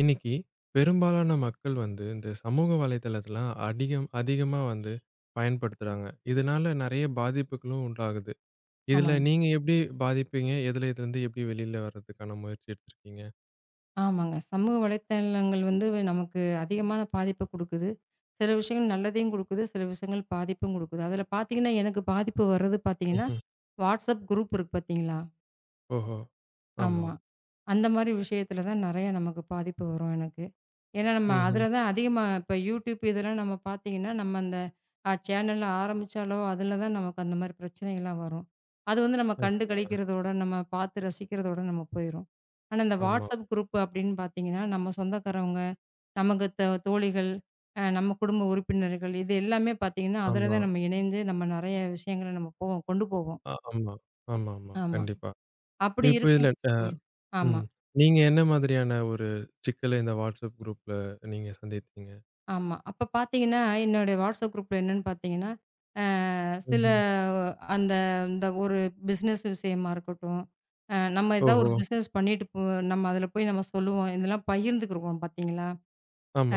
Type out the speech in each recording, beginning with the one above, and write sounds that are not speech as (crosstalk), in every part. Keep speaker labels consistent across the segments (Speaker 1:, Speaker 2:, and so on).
Speaker 1: இன்னைக்கு பெரும்பாலான மக்கள் வந்து இந்த சமூக வலைதளத்தலாம் அதிகம் அதிகமா வந்து பயன்படுத்துறாங்க. இதனால நெறைய பாதிப்புகளும் உண்டாகுது. இதுல
Speaker 2: ஆமாங்க,
Speaker 1: நீங்க எப்படி பாதிப்பீங்க? எதுல இதுலருந்து எப்படி வெளில வர்றதுக்கான முயற்சி எடுத்திருக்கீங்க?
Speaker 2: சமூக வலைத்தளங்கள் வந்து நமக்கு அதிகமான பாதிப்ப குடுக்குது. சில விஷயங்கள் நல்லதையும் குடுக்குது, சில விஷயங்கள் பாதிப்பும் குடுக்குது. அதுல பாத்தீங்கன்னா, எனக்கு பாதிப்பு வர்றது பாத்தீங்கன்னா,
Speaker 1: ம்ஹ்ம்.
Speaker 2: WhatsApp குரூப் இருக்கு பாத்தீங்களா?
Speaker 1: ஓஹோ! ஆமா.
Speaker 2: ஆமா. அந்த மாரி விஷயத்துல தான் நெறைய நமக்கு பாதிப்பு வரும் எனக்கு. ஏன்னா நம்ம
Speaker 1: ம்ஹ்ம்.
Speaker 2: அதுல தான் அதிகமா இப்ப யூடியூப் இதெல்லாம் நம்ம பார்த்தீங்கன்னா, நம்ம அந்த சேனல் ஆரம்பிச்சாலோ, அதுல தான் நமக்கு அந்த மாரி பிரச்சனைகள்லாம் வரும். அது வந்து நம்ம கண்டு
Speaker 1: அப்டிங்களா?
Speaker 2: களிக்கிறதோட, நம்ம பார்த்து ரசிக்கிறதோட நம்ம போயிரும். ஆனா இந்த
Speaker 1: ஆமா,
Speaker 2: WhatsApp குரூப் அப்படின்னு பார்த்தீங்கன்னா, நம்ம சொந்தக்காரவங்க, நமக்கு தோழிகள், நம்ம குடும்ப உறுப்பினர்கள் இது எல்லாமே பார்த்தீங்கன்னா, அதுல
Speaker 1: ஆமா,
Speaker 2: தான் நம்ம இணைந்து நம்ம நெறைய விஷயங்கள நம்ம போவோம் கொண்டு போவோம்.
Speaker 1: ஆமா, ஆமாமா.
Speaker 2: ஆமா.
Speaker 1: கண்டிப்பா.
Speaker 2: அப்படி
Speaker 1: இப்போ இதுல
Speaker 2: இருக்கும். ம். ஆமா.
Speaker 1: ம். நீங்க என்ன மாதிரியான ஒரு சிக்கல இந்த WhatsApp குரூப்ல நீங்க சந்தித்தீங்க?
Speaker 2: ஆமா. அப்ப பார்த்தீங்கன்னா, என்னுடைய WhatsApp குரூப்ல என்னன்னு பார்த்தீங்கன்னா, அ சில
Speaker 1: ம்ஹ்ம்.
Speaker 2: அந்த இந்த ஒரு பிசினஸ் விஷயமா இருக்கட்டும், நம்ம ஏதாவது ஒரு
Speaker 1: ஓஹோ!
Speaker 2: ஆமா. பிசினஸ் பண்ணிட்டு போ நம்ம அதில போய் நம்ம சொல்லுவோம். இதெல்லாம் பகிர்ந்துக்குருவோம் பார்த்தீங்களா?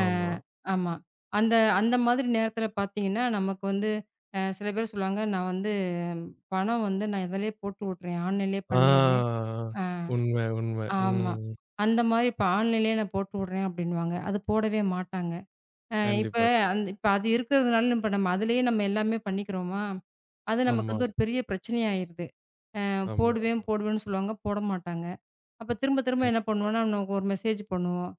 Speaker 2: அ ஆமா. அந்த அந்த மாதிரி நேரத்தில பார்த்தீங்கன்னா, நமக்கு வந்து சில பேர் சொல்லுவாங்க, "நான் வந்து பணம் வந்து நான் இதிலேயே போட்டு விட்றேன். ஆன்லைன்லேயே பண்ணிடுறேன்."
Speaker 1: ஆ.
Speaker 2: அ
Speaker 1: உண்ம, உண்ம.
Speaker 2: ஆமா.
Speaker 1: ம்.
Speaker 2: அந்த மாரி இப்ப ஆன்லைன்லேயே நான் போட்டு விட்றேன் அப்படின்னுவாங்க. அது போடவே மாட்டாங்க. இப்ப
Speaker 1: கண்டிப்பா, கண்டிப்பா.
Speaker 2: இப்ப அது இருக்கிறதுனால இப்ப நம்ம அதிலேயே நம்ம எல்லாமே பண்ணிக்கிறோமா? அது நமக்கு
Speaker 1: ஆமா,
Speaker 2: வந்து ஒரு பெரிய பிரச்சனையாயிருது. அ
Speaker 1: ஆமா,
Speaker 2: போடுவேன்,
Speaker 1: ஆமா.
Speaker 2: போடுவேன்னு சொல்லுவாங்க. போட மாட்டாங்க. அப்ப திரும்ப திரும்ப என்ன
Speaker 1: கண்டிப்பா.
Speaker 2: பண்ணுவோம்னா, நமக்கு ஒரு மெசேஜ் பண்ணுவோம்.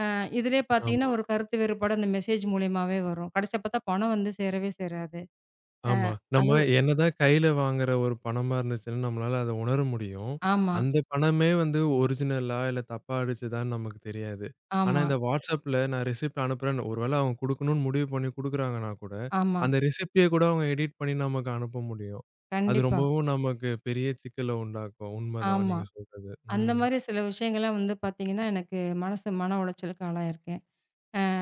Speaker 2: இதிலயே பார்த்தீங்கன்னா,
Speaker 1: ஆமா,
Speaker 2: ஒரு கருத்து வேறுபாடு அந்த மெசேஜ் மூலியமாவே வரும். கடைசியா பார்த்தா பணம் வந்து சேரவே சேராது. அ
Speaker 1: ஆமா. நம்ம
Speaker 2: அது
Speaker 1: என்னதான் கையில வாங்குற ஒரு பணமா இருந்துச்சுன்னு நம்மளால அத உணர முடியும்.
Speaker 2: ஆமா,
Speaker 1: அந்த பணமே வந்து ஒரிஜினலா இல்ல தப்பா அடிச்சதான்னு நமக்கு தெரியாது. ஆனா
Speaker 2: ஆமா,
Speaker 1: இந்த WhatsAppல நான் ரிசிப்ட் அனுப்புறேன்னு ஒருவேள அவங்க குடுக்கணும்னு முடிவு பண்ணி குடுக்குறாங்கன்னா கூட,
Speaker 2: ஆமா.
Speaker 1: அந்த ரிசிப்ட்டயே கூட அவங்க எடிட் பண்ணி நமக்கு அனுப்ப முடியும். அது
Speaker 2: கண்டிப்பா.
Speaker 1: ரொம்பவும் நமக்கு பெரிய சிக்கல உண்டாக்கும். உண்மதான்
Speaker 2: ஆமா.
Speaker 1: நீங்க சொல்றது.
Speaker 2: அந்த
Speaker 1: ம்.
Speaker 2: மாரி சில விஷயங்கள்லாம் வந்து பார்த்தீங்கன்னா, எனக்கு மனசு மன உளைச்சலுக்கு ஆளாயிருக்கேன்.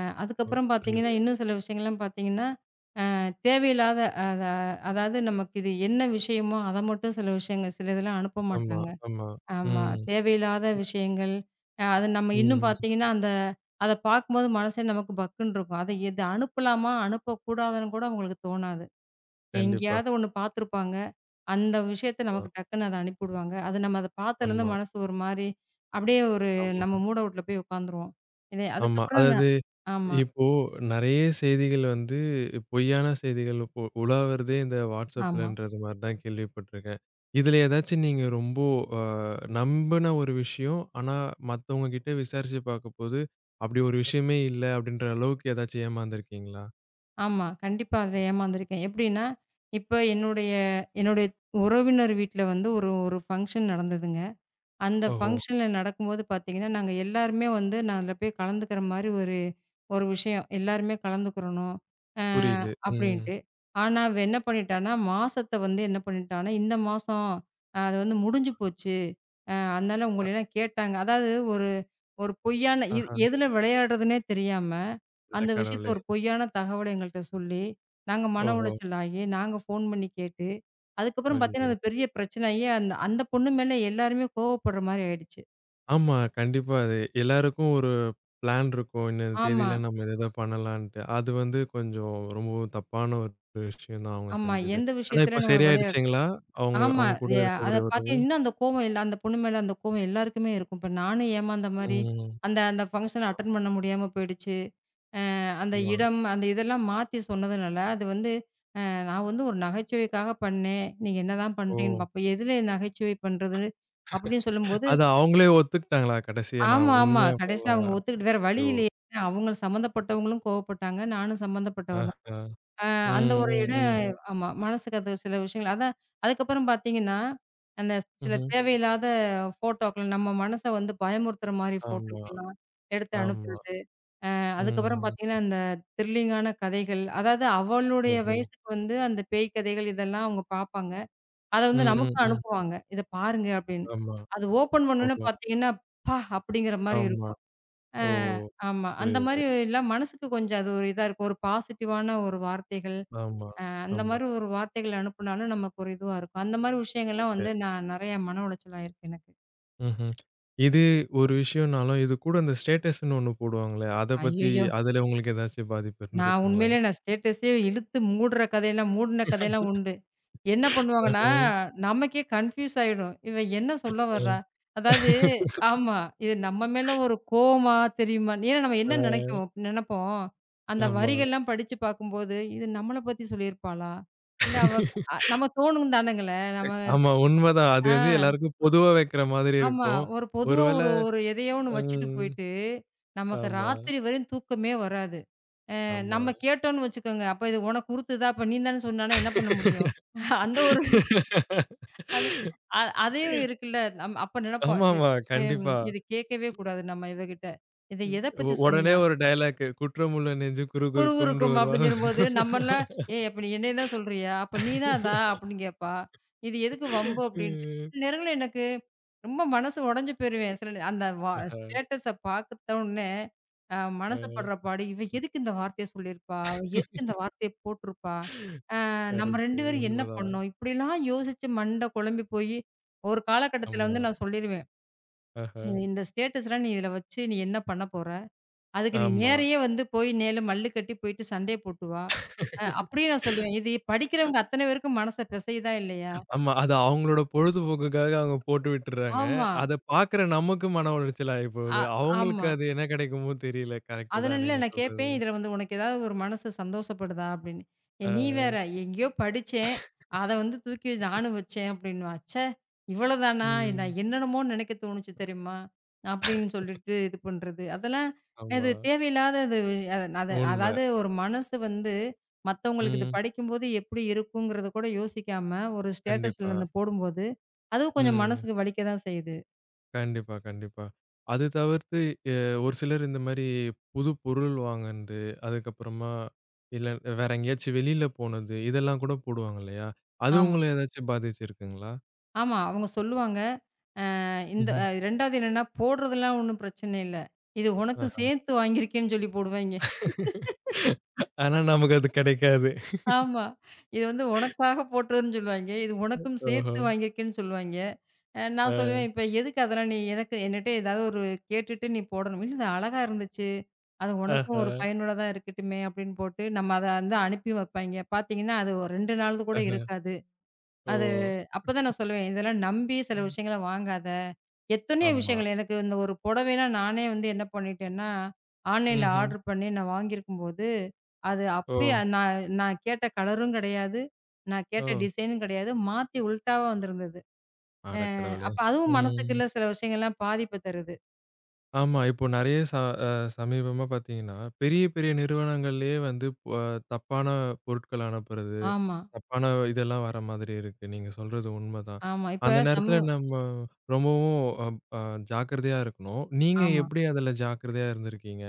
Speaker 1: ஒ
Speaker 2: அதுக்கப்புறம் பார்த்தீங்கன்னா,
Speaker 1: புரியுது.
Speaker 2: இன்னும் சில விஷயங்கள்லாம் பார்த்தீங்கன்னா தேவையில்லாத அத அதாவது நமக்கு இது என்ன விஷயமோ, அத மட்டும் சில விஷயங்கள் சில இதெல்லாம் அனுப்ப
Speaker 1: ஆமா,
Speaker 2: மாட்டாங்க.
Speaker 1: ஆமா.
Speaker 2: ஆமா.
Speaker 1: ம்,
Speaker 2: தேவையில்லாத விஷயங்கள். அது நம்ம இன்னும்
Speaker 1: ம்.
Speaker 2: பார்த்தீங்கன்னா, அத பார்க்கும்போது மனசே நமக்கு பக்குன்னு இருக்கும். எத அனுப்பலாமா? அனுப்பக்கூடாதுன்னு கூட அவங்களுக்கு தோணாது.
Speaker 1: கண்டிப்பா.
Speaker 2: எங்கேயாவது ஒண்ணு பார்த்துருப்பாங்க. அந்த விஷயத்த
Speaker 1: ஆமா,
Speaker 2: நமக்கு டக்குன்னு அத அனுப்பிடுவாங்க. அது நம்ம அத பார்த்ததுலேருந்து
Speaker 1: ஆமா,
Speaker 2: மனசு ஒரு மாரி அப்படியே ஒரு
Speaker 1: ஆமா,
Speaker 2: நம்ம மூட் அவுட்ல போய் உட்காந்துருவோம். இதே
Speaker 1: ஆமா.
Speaker 2: அதுக்கப்புறம்
Speaker 1: அதாவது
Speaker 2: நான் ஆமா,
Speaker 1: இப்போ நெறைய செய்திகள் வந்து பொய்யான செய்திகள் இப்போ உலாவுறதே இந்த
Speaker 2: ஆமா.
Speaker 1: WhatsAppலன்றது மாரி தான் கேள்விப்பட்டுருக்கேன். இதுல ஏதாச்சும் நீங்க ரொம்ப அ நம்புன ஒரு விஷயம், ஆனா மத்தவங்க கிட்ட விசாரிச்சு பார்க்கும்போது, அப்படி ஒரு விஷயமே இல்ல அப்படின்ற அளவுக்கு ஏதாச்சும் ஏமாந்துருக்கீங்களா?
Speaker 2: ஆமா. கண்டிப்பா அதுல ஏமாந்துருக்கேன். எப்படின்னா, இப்ப என்னுடைய என்னுடைய உறவினர் வீட்ல வந்து ஒரு ஒரு ஃபங்ஷன் நடந்ததுங்க. அந்த
Speaker 1: ஓஹோ!
Speaker 2: ஃபங்ஷன்ல நடக்கும்போது பார்த்தீங்கன்னா, நாங்க எல்லாருமே வந்து நான் அதுல போய் கலந்துக்கிற மாரி ஒரு ஒரு விஷயம். எல்லாருமே கலந்துக்கிறணும். அ
Speaker 1: புரியுது. ம்.
Speaker 2: அப்படின்ட்டு. ஆனா, அவன் என்ன பண்ணிட்டான்னா, மாசத்த வந்து என்ன பண்ணிட்டான்னா, இந்த மாசம் அது வந்து முடிஞ்சு போச்சு. அதனால
Speaker 1: அ
Speaker 2: உங்களயெல்லாம் கேட்டாங்க. அதாவது ஒரு ஒரு பொய்யான
Speaker 1: ஆஹா!
Speaker 2: எதுல விளையாடுறதுன்னே தெரியாம,
Speaker 1: அட
Speaker 2: அந்த விஷயத்த
Speaker 1: கடவுளே!
Speaker 2: ஒரு பொய்யான தகவல எங்கள்ட்ட சொல்லி, நாங்க மன
Speaker 1: ஓஹோ!
Speaker 2: உளைச்சல் ஆகி, நாங்க ஃபோன் பண்ணி கேட்டு, அதுக்கப்புறம் பார்த்தீங்கன்னா,
Speaker 1: ஐயயோ!
Speaker 2: அது பெரிய பிரச்சனையாயி, அந்த அந்த பொண்ணு மேல எல்லாருமே கோவப்படுற மாரி ஆயிடுச்சு.
Speaker 1: ஆமா. கண்டிப்பா. அது எல்லாருக்கும் ஒரு பிளான் இருக்கும். இந்த
Speaker 2: ஆமா,
Speaker 1: தேதியில நம்ம இத இத பண்ணலான்ட்டு. அது வந்து கொஞ்சம் ரொம்பவும் தப்பான ஒரு விஷயம் தான் அவங்க
Speaker 2: ஆமா.
Speaker 1: செஞ்சது.
Speaker 2: எந்த
Speaker 1: ஆனா
Speaker 2: விஷயத்துல
Speaker 1: இப்ப
Speaker 2: நம்ம விளையாட
Speaker 1: சரியாயிடுச்சுங்களா? அவங்க
Speaker 2: ஆமா.
Speaker 1: அவங்க கூட
Speaker 2: எ அத
Speaker 1: இருக்கக்கூடிய உறவு?
Speaker 2: பார்த்தீங்க இன்னும் அந்த கோவம் இல்ல அந்த பொண்ணு மேல அந்த கோவம் எல்லாருக்குமே இருக்கும். இப்ப நானும் ஏமாந்த மாரி,
Speaker 1: ம்.
Speaker 2: அந்த அந்த ஃபங்ஷன அட்டெண்ட் பண்ண முடியாம போயிடுச்சு. அந்த
Speaker 1: ஆமா.
Speaker 2: இடம், அந்த இதெல்லாம் மாத்தி சொன்னதுனால, அது வந்து நான் வந்து ஒரு நகைச்சுவைக்காக பண்ணேன். நீங்க என்னதான்
Speaker 1: ஓ!
Speaker 2: பண்றீங்கன்னு பாப்போம். எதுல நகைச்சுவை பண்றதுன்னு அப்படின்னு சொல்லும்போது
Speaker 1: அது அவங்களே ஒத்துக்கிட்டாங்களா கடைசியா?
Speaker 2: ஆமா,
Speaker 1: நான்
Speaker 2: ஆமா.
Speaker 1: உண்மையா
Speaker 2: கடைசியில அவங்க
Speaker 1: பண்ணலாம்.
Speaker 2: ஒத்துக்கிட்டு வேற வழி
Speaker 1: ஐயோ!
Speaker 2: இல்லையே. அவங்க சம்மந்தப்பட்டவங்களும் கோவப்பட்டாங்க. நானும் சம்மந்தப்பட்டவ தான்.
Speaker 1: ஆஹா.
Speaker 2: அ
Speaker 1: ம்,
Speaker 2: அந்த ஒரு
Speaker 1: ம்,
Speaker 2: இடம்
Speaker 1: ம்.
Speaker 2: ஆமா. மனசுக்கு அது சில விஷயங்கள் அதான் அதுக்கப்புறம் பார்த்தீங்கன்னா, அந்த சில
Speaker 1: ம்ஹ்ம்.
Speaker 2: தேவையில்லாத ஃபோட்டோக்கள் நம்ம மனச வந்து பயமுறுத்துற மாரி
Speaker 1: ஆமா,
Speaker 2: ஃபோட்டோக்கள்லாம் எடுத்து
Speaker 1: ஆமா.
Speaker 2: அனுப்புறது. அதுக்கப்புறம்
Speaker 1: ம்ஹ்ம்.
Speaker 2: பார்த்தீங்கன்னா, இந்த த்ரில்லிங்கான கதைகள். அதாவது அவளுடைய
Speaker 1: ஓஹோ!
Speaker 2: வயசுக்கு வந்து அந்த பேய் கதைகள் இதெல்லாம் அவங்க பார்ப்பாங்க. அத
Speaker 1: ம்,
Speaker 2: வந்து
Speaker 1: ம்,
Speaker 2: நமக்கு
Speaker 1: ம்.
Speaker 2: அனுப்புவாங்க. இத பாருங்க அப்படின்னு.
Speaker 1: ஆமா.
Speaker 2: அது ஓப்பன் பண்ணோனே
Speaker 1: ஓஹோ!
Speaker 2: பார்த்தீங்கன்னா, அப்பா! அப்படிங்கிற மாரி
Speaker 1: ஆமா.
Speaker 2: இருக்கும். ஆ
Speaker 1: ஓ!
Speaker 2: ஆமா. அந்த
Speaker 1: புரியுது.
Speaker 2: மாரி எல்லாம் மனசுக்கு கொஞ்சம் அது ஒரு இதா இருக்கும். ஒரு பாசிட்டிவான ஒரு வார்த்தைகள்.
Speaker 1: ஆமா,
Speaker 2: அந்த
Speaker 1: ஆமா.
Speaker 2: மாரி ஒரு வார்த்தைகள் அனுப்புனாலும் நமக்கு ஒரு இதுவா இருக்கும். அந்த மாரி விஷயங்கள்லாம்
Speaker 1: ஓகே.
Speaker 2: வந்து நான் நெறைய மன உளைச்சல் ஆயிருக்கு எனக்கு.
Speaker 1: ம்ஹ்ம். இது ஒரு விஷயம்னாலும், இது கூட இந்த ஸ்டேட்டஸ்ன்னு ஒண்ணு போடுவாங்களே, அத பத்தி
Speaker 2: ஐயய்யோ!
Speaker 1: அதுல உங்களுக்கு ஏதாச்சும் பாதிப்பு
Speaker 2: நான்
Speaker 1: இருந்திருக்குங்களா?
Speaker 2: உண்மையிலே நான் ஸ்டேட்டஸே இழுத்து மூடுற கதையெல்லாம் மூடுன கதையெல்லாம் உண்டு. என்ன
Speaker 1: அஹ.
Speaker 2: பண்ணுவாங்கன்னா, நமக்கே கன்ஃப்யூஸ் ஆயிடும். இவன் என்ன சொல்ல வர்றா?
Speaker 1: ம்.
Speaker 2: அதாவது ஆமா. இது நம்ம மேல ஒரு கோவமா தெரியுமா? ஏன்னா நம்ம
Speaker 1: ஆ.
Speaker 2: என்ன நெனப்போம். அந்த
Speaker 1: ஆமா.
Speaker 2: வரிகள்லாம் படிச்சு பார்க்கும்போது, இது நம்மள பத்தி சொல்லியிருப்பாளா? இல்ல அவ நம்ம தோணும் தானங்களே! நம்ம
Speaker 1: ஆமா, உண்மதான். அது
Speaker 2: ஆ
Speaker 1: வந்து எல்லாருக்கும் பொதுவா வைக்கிற மாதிரி
Speaker 2: ஆமா.
Speaker 1: இருக்கும்.
Speaker 2: ஒரு
Speaker 1: ஒரு
Speaker 2: பொதுவா
Speaker 1: வேள
Speaker 2: ஒரு ஒரு எதையோ ஒண்ணு வச்சுட்டு
Speaker 1: ம்.
Speaker 2: போயிட்டு, நமக்கு
Speaker 1: ஆமா,
Speaker 2: ராத்திரி வரையும் தூக்கமே வராது.
Speaker 1: ஆமா.
Speaker 2: நம்ம கேட்டோம்னு வச்சுக்கோங்க. அப்ப இது உனக்கு உருத்துதா? அப்ப நீ தானே சொன்னான்னா என்ன பண்ண முடியும்? (laughs) அந்த ஒரு அது அதையும் இருக்குல்ல. நம் அப்ப நெனப்போம். இது
Speaker 1: ஆமாமா,
Speaker 2: ஹம்,
Speaker 1: கண்டிப்பா.
Speaker 2: இது கேட்கவே கூடாது நம்ம இவகிட்ட. இது எத பத்தி
Speaker 1: உடனே
Speaker 2: சொன்னா?
Speaker 1: ஒரு டயலாக் "குற்றமுள்ள நெஞ்சு குறுகுறுக்கும்ன்ற
Speaker 2: குறுகுறுக்கும்
Speaker 1: ஒரு
Speaker 2: அப்படின்னு
Speaker 1: வார்த்தை.
Speaker 2: சொல்லும்போது, நம்மலாம் "ஏய்! அப்ப நீ என்னைய தான் சொல்றியா? அப்ப நீ தான் அதா?" அப்படின்னு கேட்பா. இது எதுக்கு வம்பு அப்படின்ட்டு.
Speaker 1: ம்.
Speaker 2: சில நேரங்கள்ல எனக்கு ரொம்ப மனசு உடைஞ்சு போயிருவேன். சில அந்த
Speaker 1: ஆஹா,
Speaker 2: ஸ்டேட்டஸ பார்த்த உடனே அ மனசு படுற
Speaker 1: ஆ.
Speaker 2: பாடு, "இவ எதுக்கு இந்த வார்த்தைய சொல்லியிருப்பா? அவ எதுக்கு இந்த வார்த்தைய போட்டிருப்பா? அ நம்ம
Speaker 1: கரெக்ட்டு.
Speaker 2: 2 பேரும் என்ன
Speaker 1: உண்மதான்.
Speaker 2: பண்ணோம்?" இப்படிலாம் யோசிச்சு மண்டை குழம்பி போயி, ஒரு காலகட்டத்தில
Speaker 1: ஆமா.
Speaker 2: வந்து நான் சொல்லிருவேன்.
Speaker 1: ஆஹா,
Speaker 2: "இந்த ஸ்டேட்டஸ்லாம் நீ இதில வச்சு நீ என்ன பண்ண போற? அதுக்கு நீ
Speaker 1: ஆமா.
Speaker 2: நேரயே வந்து போய் நேல மல்லு கட்டி போயிட்டு சண்டைய போட்டு வா. அப்படியே நான் சொல்லுவேன். இது படிக்கிறவங்க அத்தன பேருக்கும் மனச பெசையுதா இல்லையா?
Speaker 1: ஆமா. அது அவங்களோட பொழுதுபோக்குக்காக அவங்க போட்டு விட்டுர்றாங்க.
Speaker 2: ஆமா.
Speaker 1: அத பாக்குற நமக்கு மன உளைச்சல்
Speaker 2: அ
Speaker 1: ஆயிப்போகுது. அவங்களுக்கு
Speaker 2: ஆமா.
Speaker 1: அது என்ன கிடைக்குமோ தெரியல. கரெக்ட்டு
Speaker 2: அதுல
Speaker 1: தான்
Speaker 2: இல்ல
Speaker 1: நீங்க
Speaker 2: நான்
Speaker 1: சொல்றது.
Speaker 2: கேட்பேன். இதுல வந்து உனக்கு ஏதாவது ஒரு மனசு சந்தோஷப்படுதா? அப்படின்னு. "ஏய்
Speaker 1: ஆ.
Speaker 2: நீ வேற, எங்கேயோ படிச்சேன். அத வந்து தூக்கி நானும் வச்சேன்" அப்படின்னுவான். "ச்சே! இவ்வளோதானா? நான்
Speaker 1: ம்.
Speaker 2: என்னென்னமோ நினைக்க தோணுச்சு தெரியுமா?" அப்படின்னு சொல்லிட்டு இது பண்றது. அதெல்லாம்
Speaker 1: ஆமா.
Speaker 2: இது தேவையில்லாதது அத அத
Speaker 1: உண்ம.
Speaker 2: அதாவது ஒரு மனசு வந்து மத்தவங்களுக்கு இது
Speaker 1: ம்.
Speaker 2: படிக்கும்போது எப்படி இருக்குங்கிறத கூட யோசிக்காம ஒரு ஸ்டேட்டஸ்ல
Speaker 1: கண்டிப்பா.
Speaker 2: இருந்து போடும்போது, அதுவும் கொஞ்சம்
Speaker 1: ம்.
Speaker 2: மனசுக்கு வலிக்க தான் செய்யுது.
Speaker 1: கண்டிப்பா, கண்டிப்பா. அது தவிர்த்து எ ஒரு சிலர் இந்த மாரி புது பொருள் வாங்குனது, அதுக்கப்புறமா இல்ல வேற எங்கேயாச்சும் வெளியில போனது, இதெல்லாம் கூட போடுவாங்க இல்லையா? அது
Speaker 2: ஆமா.
Speaker 1: உங்கள ஏதாச்சும் பாதிச்சிருக்குங்களா?
Speaker 2: ஆமா. அவங்க சொல்லுவாங்க. இந்த
Speaker 1: ம்ஹ்ம்.
Speaker 2: 2வது என்னன்னா, போடுறதெல்லாம் ஒண்ணும் பிரச்சனை இல்ல. இது உனக்கு
Speaker 1: ஆஹா.
Speaker 2: சேர்த்து வாங்கியிருக்கேன்னு சொல்லி போடுவாய்ங்க.
Speaker 1: (laughs) ஆனா நமக்கு அது கிடைக்காது.
Speaker 2: ஆமா. இது வந்து உனக்காக போட்டதுன்னு சொல்லுவாய்ங்க. இது உனக்கும்
Speaker 1: ஓஹோ!
Speaker 2: சேர்த்து வாங்கியிருக்கேன்னு சொல்லுவாய்ங்க.
Speaker 1: அ,
Speaker 2: நான் சொல்லுவேன், "இப்ப எதுக்கு அதெல்லாம் நீ எனக்கு என்னட்ட ஏதாவது ஒரு கேட்டுட்டு நீ போடணும்." "இல்ல, இது அழகா இருந்துச்சு. அது உனக்கும்
Speaker 1: ஆஹா.
Speaker 2: ஒரு பயனுள்ளதா இருக்கட்டுமே." அப்படின்னு போட்டு நம்ம அத வந்து அனுப்பி வைப்பாய்ங்க. பார்த்தீங்கன்னா, அது ஒரு 2 நாள்து கூட
Speaker 1: ஆஹா.
Speaker 2: இருக்காது.
Speaker 1: ஓ!
Speaker 2: அது அப்பதான் நான் சொல்லுவேன், இதெல்லாம் நம்பி சில
Speaker 1: ம்.
Speaker 2: விஷயங்கள வாங்காத. எத்தனையோ
Speaker 1: ஆமா.
Speaker 2: விஷயங்கள் எனக்கு இந்த ஒரு புடவைலாம் நானே வந்து என்ன பண்ணிட்டேன்னா, ஆன்லைன்ல
Speaker 1: ம்ஹ்ம்.
Speaker 2: ஆர்டர் பண்ணி நான் வாங்கியிருக்கும்போது, அது
Speaker 1: ஓ!
Speaker 2: அப்படியே அது நான் நான் கேட்ட கலரும் கிடையாது. நான் கேட்ட
Speaker 1: ஓ!
Speaker 2: டிசைனும் கிடையாது. மாத்தி உல்டாவா வந்திருந்தது.
Speaker 1: அட கடவுளே!
Speaker 2: அப்ப அதுவும் மனசுக்குள்ள
Speaker 1: ம்.
Speaker 2: சில விஷயங்கள்லாம் பாதிப்ப தருது.
Speaker 1: ஆமா. இப்போ நெறைய அ சமீபமா பார்த்தீங்கன்னா, பெரிய பெரிய நிறுவனங்கள்லயே வந்து அ தப்பான பொருட்கள் அனுப்புறது,
Speaker 2: ஆமா,
Speaker 1: தப்பான இதெல்லாம் வர மாதிரி இருக்கு. நீங்க சொல்றது உண்மதான்.
Speaker 2: ஆமா. இப்ப
Speaker 1: அந்த நேரத்துல நம்ம ரொம்பவும் அப் அ ஜாக்கிரதையா இருக்கணும். நீங்க
Speaker 2: ஆமா.
Speaker 1: எப்படி அதுல ஜாக்கிரதையா இருந்திருக்கீங்க?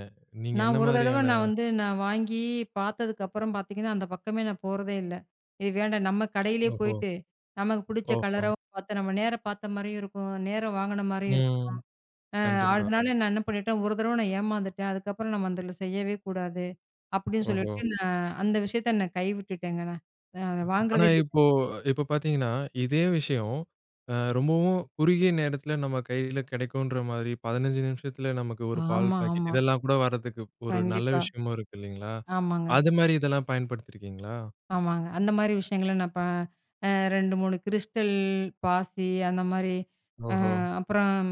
Speaker 1: நீங்க
Speaker 2: நான்
Speaker 1: என்ன
Speaker 2: ஒரு தடவ
Speaker 1: மாதிரியான
Speaker 2: நான் வந்து நான் வாங்கி பார்த்ததுக்கப்புறம் பார்த்தீங்கன்னா, அந்த பக்கமே நான் போறதே இல்ல. இது வேண்டாம் நம்ம கடையிலேயே
Speaker 1: ஓஹோ!
Speaker 2: போயிட்டு, நமக்கு பிடிச்ச
Speaker 1: ஓஹோ!
Speaker 2: கலராவும் பார்த்து, நம்ம நேரம் பார்த்த மாரியும் இருக்கும். நேரம் வாங்குன மாரியும் இருக்கும்.
Speaker 1: ம்.
Speaker 2: ம்.
Speaker 1: கண்டிப்பா.
Speaker 2: அதனால நான் என்ன பண்ணிட்டேன், ஒரு தடவ நான் ஏமாந்துட்டேன். அதுக்கப்புறம் நம்ம அதில செய்யவே கூடாது. அப்படின்னு
Speaker 1: ஓஹோ!
Speaker 2: சொல்லிட்டு அந்த விஷயத்த நான் கைவிட்டுட்டேங்க நான். அ
Speaker 1: ஆனா,
Speaker 2: வாங்குறதே இல்ல.
Speaker 1: இப்போ இப்போ பார்த்தீங்கன்னா, இதே விஷயம் ரொம்பவும் குறுகிய நேரத்தில நம்ம கையில கிடைக்குன்ற மாதிரி 15 நிமிஷத்தில நமக்கு ஒரு பால்
Speaker 2: ஆமா,
Speaker 1: பாக்கெட்
Speaker 2: ஆமா.
Speaker 1: இதெல்லாம் கூட வர்றதுக்கு ஒரு நல்ல
Speaker 2: கண்டிப்பா.
Speaker 1: விஷயமும் இருக்கு இல்லைங்களா?
Speaker 2: ஆமாங்க,
Speaker 1: அது மாரி இதெல்லாம் பயன்படுத்தியிருக்கீங்களா?
Speaker 2: அந்த மாரி விஷயங்கள நான் ப அ 2, 3 கிறிஸ்டல் பாசி அந்த மாரி
Speaker 1: ஓஹோ!
Speaker 2: அப்புறம்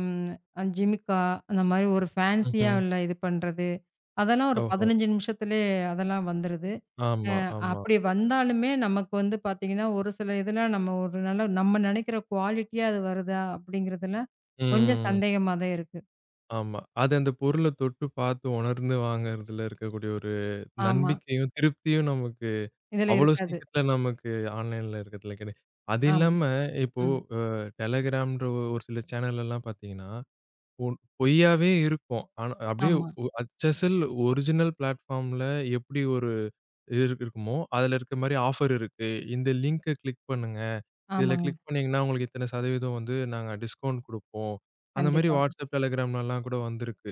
Speaker 2: ஜிமிக்கா அந்த மாதிரி ஒரு ஃபேன்சியா
Speaker 1: ம்ஹ்ம்.
Speaker 2: உள்ள இது பண்றது. அதெல்லாம் ஒரு
Speaker 1: ஓஹோ!
Speaker 2: 15 நிமிஷத்திலேயே அதெல்லாம் வந்துருது.
Speaker 1: ஆமா, ஆமா.
Speaker 2: அப்படி வந்தாலுமே நமக்கு வந்து பார்த்தீங்கன்னா, ஒரு சில இதெல்லாம் நம்ம ஒரு நல்ல நம்ம நினைக்கிற குவாலிட்டியா அது வருதா அப்படிங்கிறதுலாம் கொஞ்சம்
Speaker 1: ம்.
Speaker 2: சந்தேகமா தான் இருக்கு.
Speaker 1: ஆமா. அது அந்த பொருள தொட்டு பார்த்து உணர்ந்து வாங்குறதுல இருக்கக்கூடிய ஒரு
Speaker 2: ஆமா.
Speaker 1: நம்பிக்கையும், திருப்தியும் நமக்கு
Speaker 2: இதில
Speaker 1: அவ்வளோ
Speaker 2: இருக்காது.
Speaker 1: சீக்கிரத்தில நமக்கு ஆன்லைன்ல இருக்கிறதுல கிடை அது
Speaker 2: ஆமா.
Speaker 1: இல்லாம இப்போ
Speaker 2: ம்.
Speaker 1: டெலகிராம்ன்ற ஒ- ஒரு சில சேனல் எல்லாம் பார்த்தீங்கன்னா, உன் பொய்யாவே இருக்கும். ஆனா அப்படியே
Speaker 2: ஆமா.
Speaker 1: ஒ அச்சசல் ஒரிஜினல் பிளாட்ஃபார்ம்ல எப்படி ஒரு இது இருக்குமோ, அதுல இருக்க மாரி ஆஃபர் இருக்கு. இந்த லிங்க்க கிளிக் பண்ணுங்க. இதுல
Speaker 2: ஆமாங்க.
Speaker 1: கிளிக் பண்ணீங்கன்னா, உங்களுக்கு இத்தன சதவீதம் வந்து நாங்க டிஸ்கவுண்ட் குடுப்போம். அந்த மாரி
Speaker 2: கண்டிப்பா.
Speaker 1: WhatsApp, Telegramலலாம் கூட வந்திருக்கு.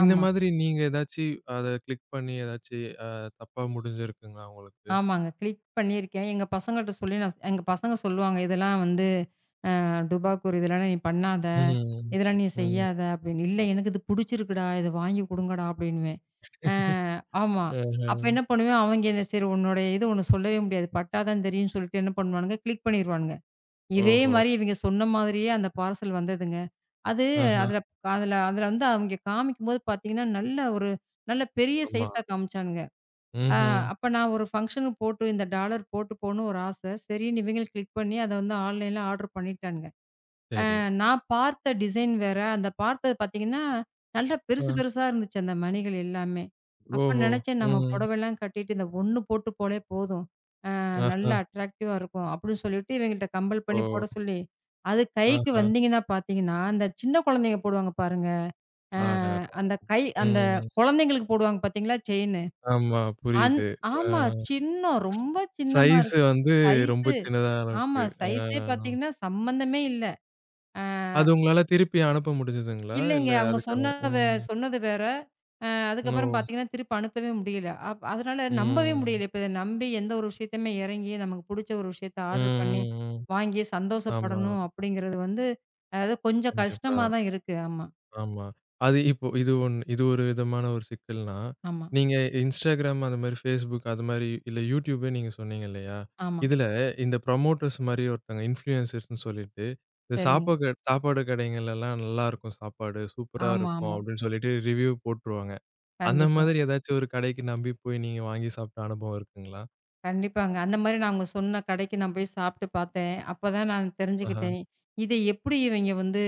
Speaker 1: இந்த
Speaker 2: ஆமா.
Speaker 1: மாதிரி நீங்க ஏதாச்சு அத கிளிக் பண்ணி ஏதாச்சு அ தப்பா முடிஞ்சிருக்குங்களா உங்களுக்கு?
Speaker 2: ஆமாங்க. கிளிக் பண்ணியிருக்கேன். எங்க பசங்க சொல்லுவாங்க இதெல்லாம் வந்து டுபாக்கூர் இதெல்லாம் நீ பண்ணாத,
Speaker 1: ம்.
Speaker 2: இதெல்லாம் நீ
Speaker 1: ம்.
Speaker 2: செய்யாத அப்படின்னு. "இல்ல எனக்கு இது புடிச்சிருக்குடா, இத வாங்கி குடுங்கடா" அப்படின்னுவேன். அ
Speaker 1: (laughs)
Speaker 2: ஆமா.
Speaker 1: ஆஹ.
Speaker 2: அப்ப என்ன பண்ணுவேன், அவங்க என்ன சரி உன்னுடைய இது ஒண்ணு சொல்லவே முடியாது. பட்டா தான் தெரியும்ன்னு சொல்லிட்டு என்ன பண்ணுவானுங்க, கிளிக் பண்ணிருவானுங்க. இதே
Speaker 1: ஓஹோ!
Speaker 2: மாரி இவங்க சொன்ன மாதிரியே அந்த பார்சல் வந்ததுங்க. அது
Speaker 1: ஆஹா.
Speaker 2: அதுல அதுல அதுல வந்து அவங்க காமிக்கும்போது பார்த்தீங்கன்னா, நல்ல பெரிய
Speaker 1: ஆமா.
Speaker 2: சைஸா காமிச்சானுங்க. அ
Speaker 1: ம்ஹ்ம்.
Speaker 2: அப்ப நான் ஒரு ஃபங்ஷனுக்கு போட்டு இந்த டாலர் போட்டு போகணும்னு ஒரு ஆசை. சரின்னு இவங்களும் கிளிக் பண்ணி அத வந்து ஆன்லைன்ல ஆர்டர் பண்ணிட்டானுங்க.
Speaker 1: சரி.
Speaker 2: நான் பார்த்த டிசைன் வேற. அந்த பார்த்தது பார்த்தீங்கன்னா, நல்லா பெருசு
Speaker 1: ஆ.
Speaker 2: பெருசா இருந்துச்சு அந்த மணிகள் எல்லாமே. அப்ப
Speaker 1: ஓஹோ!
Speaker 2: நெனச்சேன் நம்ம
Speaker 1: ம்.
Speaker 2: புடவைலாம் கட்டிட்டு இந்த ஒண்ணு போட்டு போலே போதும்.
Speaker 1: ஆஹா!
Speaker 2: நல்லா அட்ராக்டிவா இருக்கும். அப்படின்னு சொல்லிட்டு இவங்கள்ட்ட கம்பல் பண்ணி
Speaker 1: ஓ!
Speaker 2: போட சொல்லி, அது கைக்கு
Speaker 1: ஆஹா!
Speaker 2: வந்தீங்கன்னா பார்த்தீங்கன்னா, அந்த சின்ன குழந்தைங்க போடுவாங்க பாருங்க. அ
Speaker 1: அடடா!
Speaker 2: அந்த கை அந்த
Speaker 1: ம்.
Speaker 2: குழந்தைங்களுக்கு போடுவாங்க பார்த்தீங்களா செயினு.
Speaker 1: ஆமா,
Speaker 2: அந்
Speaker 1: புரியுது. ஆ.
Speaker 2: ஆமா சின்னம். ரொம்ப சின்னமா
Speaker 1: சைஸ்
Speaker 2: இருக்கு.
Speaker 1: வந்து ரொம்ப
Speaker 2: சைஸு
Speaker 1: சின்னதா
Speaker 2: ஆமா
Speaker 1: அளவுக்கு.
Speaker 2: சைஸே
Speaker 1: ஆ.
Speaker 2: பார்த்தீங்கன்னா சம்மந்தமே இல்ல. அ
Speaker 1: அது உங்களால திருப்பி அனுப்ப முடிஞ்சதுங்களா?
Speaker 2: இல்லைங்க.
Speaker 1: இல்ல
Speaker 2: அவங்க
Speaker 1: அதுக்கான
Speaker 2: சொன்ன வே
Speaker 1: ம்.
Speaker 2: சொன்னது வேற.
Speaker 1: ஓ!
Speaker 2: அதுக்கப்புறம் பார்த்தீங்கன்னா, திருப்பி அனுப்பவே முடியல. அதனால நம்பவே
Speaker 1: ம்.
Speaker 2: முடியல. இப்ப இத நம்பி எந்த ஒரு விஷயத்தையுமே இறங்கி, நமக்கு புடிச்ச ஒரு விஷயத்த ஆர்டர் பண்ணி,
Speaker 1: ம். ம்.
Speaker 2: வாங்கி
Speaker 1: ஆமா.
Speaker 2: சந்தோஷப்படணும் அப்படிங்கிறது வந்து, அதாவது கொஞ்சம்
Speaker 1: கண்டிப்பா.
Speaker 2: கஷ்டமா தான் இருக்கு. ஆமா,
Speaker 1: ஆமா. அது இப்போ இது ஒண்ணு இது ஒரு விதமான ஒரு சிக்கல்னா,
Speaker 2: ஆமா,
Speaker 1: நீங்க Instagram அந்த மாரி Facebook அது மாரி இல்ல YouTubeே நீங்க சொன்னீங்க இல்லையா?
Speaker 2: ஆமா.
Speaker 1: இதுல இந்த புரமோட்டர்ஸ் மாரி ஒருத்தங்க இன்ஃப்ளூயன்சர்ஸ்ன்னு சொல்லிட்டு, இந்த
Speaker 2: சரிங்க.
Speaker 1: சாப்பாடு சாப்பாடு கடைங்கள்லலாம் நல்லாருக்கும் சாப்பாடு, சூப்பரா
Speaker 2: ஆமா,
Speaker 1: இருக்கும்
Speaker 2: ஆமா.
Speaker 1: அப்படின்னு சொல்லிட்டு ரிவ்யூ போட்டுருவாங்க. அந்த
Speaker 2: கண்டிப்பா.
Speaker 1: மாதிரி ஏதாச்சும் ஒரு கடைக்கு நம்பி போய் நீங்க வாங்கி சாப்பிட்ட அனுபவம் இருக்குங்களா?
Speaker 2: கண்டிப்பாங்க. அந்த மாரி நாங்க சொன்ன கடைக்கு நான் போய் சாப்பிட்டு பார்த்தேன். அப்பதான் நான்
Speaker 1: ஆஹா.
Speaker 2: தெரிஞ்சுக்கிட்டேன். இத எப்படி இவைங்க வந்து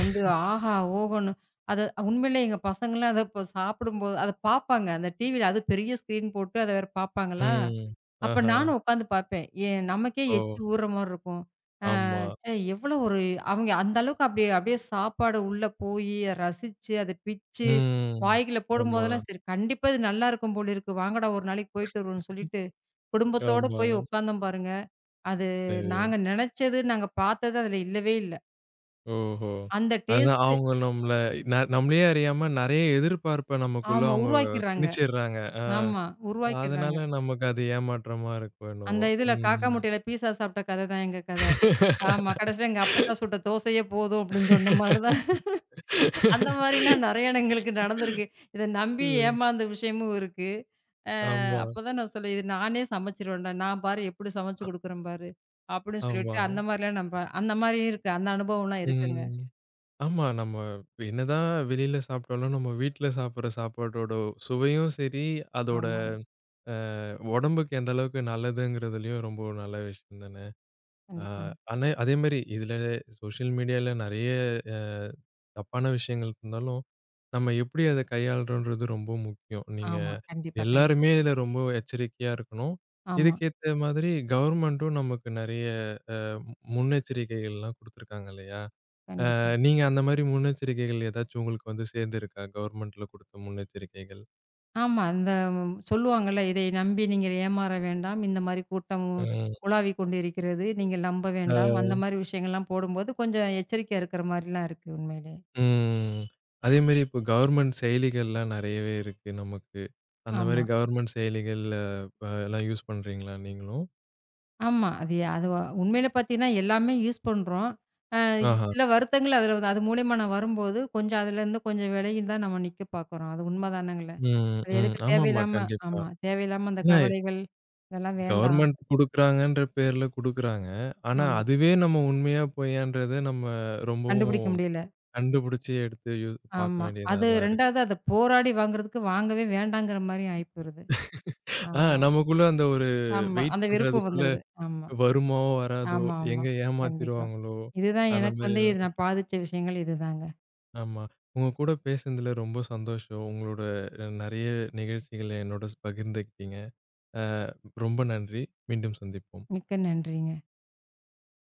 Speaker 2: வந்து ஆஹா, ஓஹோன்னு அத உண்மையிலே எங்க பசங்கலாம் அத இப்ப சாப்பிடும்போது அத பார்ப்பாங்க. அந்த டிவில அது பெரிய ஸ்க்ரீன் போட்டு அத வேற பார்ப்பாங்களா,
Speaker 1: ம்.
Speaker 2: அப்ப
Speaker 1: ஆஹா.
Speaker 2: நானும் உட்காந்து பார்ப்பேன். ஏ நமக்கே
Speaker 1: ஓ!
Speaker 2: எச்சி ஊர்ற மாரி இருக்கும்.
Speaker 1: ஆமா.
Speaker 2: ச்சே எவ்வளோ ஒரு அவங்க அந்த அளவுக்கு அப்படியே அப்படியே சாப்பாடு உள்ள போயி, ரசிச்சு, அத பிச்சு,
Speaker 1: ம்.
Speaker 2: வாய்க்குள்ள
Speaker 1: ஆமா,
Speaker 2: போடும்போதெல்லாம் சரி கண்டிப்பா இது நல்லாருக்கும் போல இருக்கு. வாங்கடா ஒரு நாளைக்கு போயிட்டு வருவோம்ன்னு சொல்லிட்டு குடும்பத்தோட போய்
Speaker 1: ஆமா.
Speaker 2: உட்கார்ந்தோம் பாருங்க. அது
Speaker 1: சரி.
Speaker 2: நாங்க நெனச்சது, நாங்க பார்த்தது அதுல இல்லவே இல்ல.
Speaker 1: ஓஹோ!
Speaker 2: அந்த
Speaker 1: அதான்
Speaker 2: டேஸ்ட்டு
Speaker 1: அவங்க நம்மள நம்மளயே அறியாம நெறைய எதிர்பார்ப்ப நமக்குள்ள
Speaker 2: ஆமா
Speaker 1: அவங்க
Speaker 2: உருவாக்கிர்றாங்க.
Speaker 1: திணிச்சிடுறாங்க. ஆ
Speaker 2: ஆமா உருவாக்கிர்றாங்க.
Speaker 1: அதனால நமக்கு அது ஏமாற்றமா இருக்கோ
Speaker 2: அந்த
Speaker 1: என்னவோ!
Speaker 2: இதுல காக்கா
Speaker 1: ம்.
Speaker 2: முட்டையில பீஸா சாப்பிட்ட கதை தான் எங்க கதை. ஆமா கடைசியில எங்க அப்பத்தா சுட்ட தோசையே போதும் அப்படின்னு சொன்ன மாரி தான். அந்த மாரிலாம் நெறைய எங்களுக்கு நடந்திருக்கு. இத நம்பி
Speaker 1: ம்.
Speaker 2: ஏமாந்த விஷயமும் இருக்கு. அ
Speaker 1: ஆமா,
Speaker 2: அப்பதான் நான் சொல்லுவேன், "இது நானே சமைச்சுருவேன்டா. நான் பாரு எப்படி சமைச்சு குடுக்குறேன் பாரு." அப்படின்னு
Speaker 1: ஆமா.
Speaker 2: சொல்லிட்டு அந்த மாரிலாம் நம்ப அந்த மாரியும் இருக்கு. அந்த அனுபவம்லாம் இருக்குங்க.
Speaker 1: ம். ஆமா. நம்ம என்னதான் வெளியில சாப்பிட்டாலும், நம்ம வீட்ல சாப்பிடுற சாப்பாட்டோட சுவையும் சரி, அதோட
Speaker 2: ஆமாங்க.
Speaker 1: உடம்புக்கு எந்த அளவுக்கு நல்லதுங்கிறதுலயும் ரொம்ப நல்ல விஷயம் தானே! ஆ,
Speaker 2: கண்டிப்பாங்க.
Speaker 1: ஆனா அதேமாரி இதுல சோசியல் மீடியால நெறைய அ தப்பான விஷயங்கள் இருந்தாலும், நம்ம எப்படி அத கையாளுறோன்றது ரொம்ப முக்கியம். நீங்க
Speaker 2: ஆமா. கண்டிப்பா,
Speaker 1: எல்லாருமே இதுல ரொம்ப எச்சரிக்கையா இருக்கணும்.
Speaker 2: ஆமா,
Speaker 1: இதுக்கேத்த மாதிரி கவர்மெண்ட்டும் நமக்கு நெறைய முன்னெச்சரிக்கைகள்லாம் குடுத்துருக்காங்க இல்லையா?
Speaker 2: கண்டிப்பா.
Speaker 1: நீங்க அந்த மாரி முன்னெச்சரிக்கைகள் ஏதாச்சும் உங்களுக்கு வந்து சேர்ந்திருக்கா? கவர்மெண்ட்ல குடுத்த முன்னெச்சரிக்கைகள்?
Speaker 2: ஆமா. அந்த ம், சொல்லுவாங்கல்ல, "இதை நம்பி நீங்கள் ஏமாற வேண்டாம். இந்த மாரி கூட்டம் உலாவிக் கொண்டிருக்கிறது. நீங்கள் நம்ப வேண்டாம்."
Speaker 1: ம்.
Speaker 2: அந்த மாரி விஷயங்கள்லாம் போடும்போது, கொஞ்சம் எச்சரிக்கையா இருக்கிற மாரிலாம் இருக்கு உண்மையிலே.
Speaker 1: ம். அதேமாரி இப்ப கவர்மெண்ட் செயலிகள்லாம் நெறையவே இருக்கு நமக்கு. அந்த மாரி
Speaker 2: ஆமா,
Speaker 1: கவர்மெண்ட் செயலிகள் எல்லாம் யூஸ் பண்றீங்களா நீங்களும்?
Speaker 2: ஆமா. அது அது உண்மையில பார்த்தீங்கன்னா, எல்லாமே யூஸ் பண்றோம். அ
Speaker 1: ஆஹா.
Speaker 2: சில வருத்தங்கள் அதில அது மூலியமா நான் வரும்போது, அதுலேருந்து கொஞ்சம் விலகி தான் நம்ம நிக்க பார்க்குறோம். அது உண்மதானங்கள.
Speaker 1: ம்,
Speaker 2: அது
Speaker 1: ம்.
Speaker 2: எதுக்கு
Speaker 1: ஆமாமா.
Speaker 2: தேவையில்லாம
Speaker 1: கண்டிப்பா.
Speaker 2: ஆமா. தேவையில்லாம அந்த
Speaker 1: ஏன்னா
Speaker 2: கவலைகள், இதெல்லாம் வேண்டாம்.
Speaker 1: கவர்மெண்ட் குடுக்குறாங்கன்ற பேர்ல குடுக்குறாங்க. ஆனா
Speaker 2: ஆமா.
Speaker 1: அதுவே நம்ம உண்மையா பொய்யான்றத நம்ம
Speaker 2: கண்டுபிடிக்க
Speaker 1: ரொம்பவும்
Speaker 2: முடியல.
Speaker 1: கண்டுபிடிச்சு எடுத்து பார்க்க
Speaker 2: ஆமா.
Speaker 1: வேண்டியதா
Speaker 2: அது
Speaker 1: தான் இருக்கு.
Speaker 2: 2வது அத போராடி வாங்குறதுக்கு வாங்கவே வேண்டாங்கிற மாரி ஆயிப்போயிருது.
Speaker 1: ஆ
Speaker 2: ஆமா,
Speaker 1: நமக்குள்ள அந்த ஒரு
Speaker 2: ஆமா.
Speaker 1: வெயிட்
Speaker 2: அந்த விருப்பம்
Speaker 1: பண்றதுக்குள்ள
Speaker 2: வந்துருது. ஆமா,
Speaker 1: வருமோ! வராதோ!
Speaker 2: ஆமா.
Speaker 1: எங்க
Speaker 2: கண்டிப்பா.
Speaker 1: ஏமாத்திருவாங்களோ!
Speaker 2: இதுதான்
Speaker 1: அந்த
Speaker 2: எனக்கு
Speaker 1: மாரி
Speaker 2: வந்து இது நான் பாதிச்ச விஷயங்கள் இதுதாங்க.
Speaker 1: ஆமா. உங்க கூட பேசுனதுல ரொம்ப சந்தோஷம். உங்களோட நெறைய நிகழ்ச்சிகள என்னோட பகிர்ந்துக்கிட்டீங்க. அ ரொம்ப நன்றி. மீண்டும் சந்திப்போம்.
Speaker 2: மிக்க நன்றிங்க.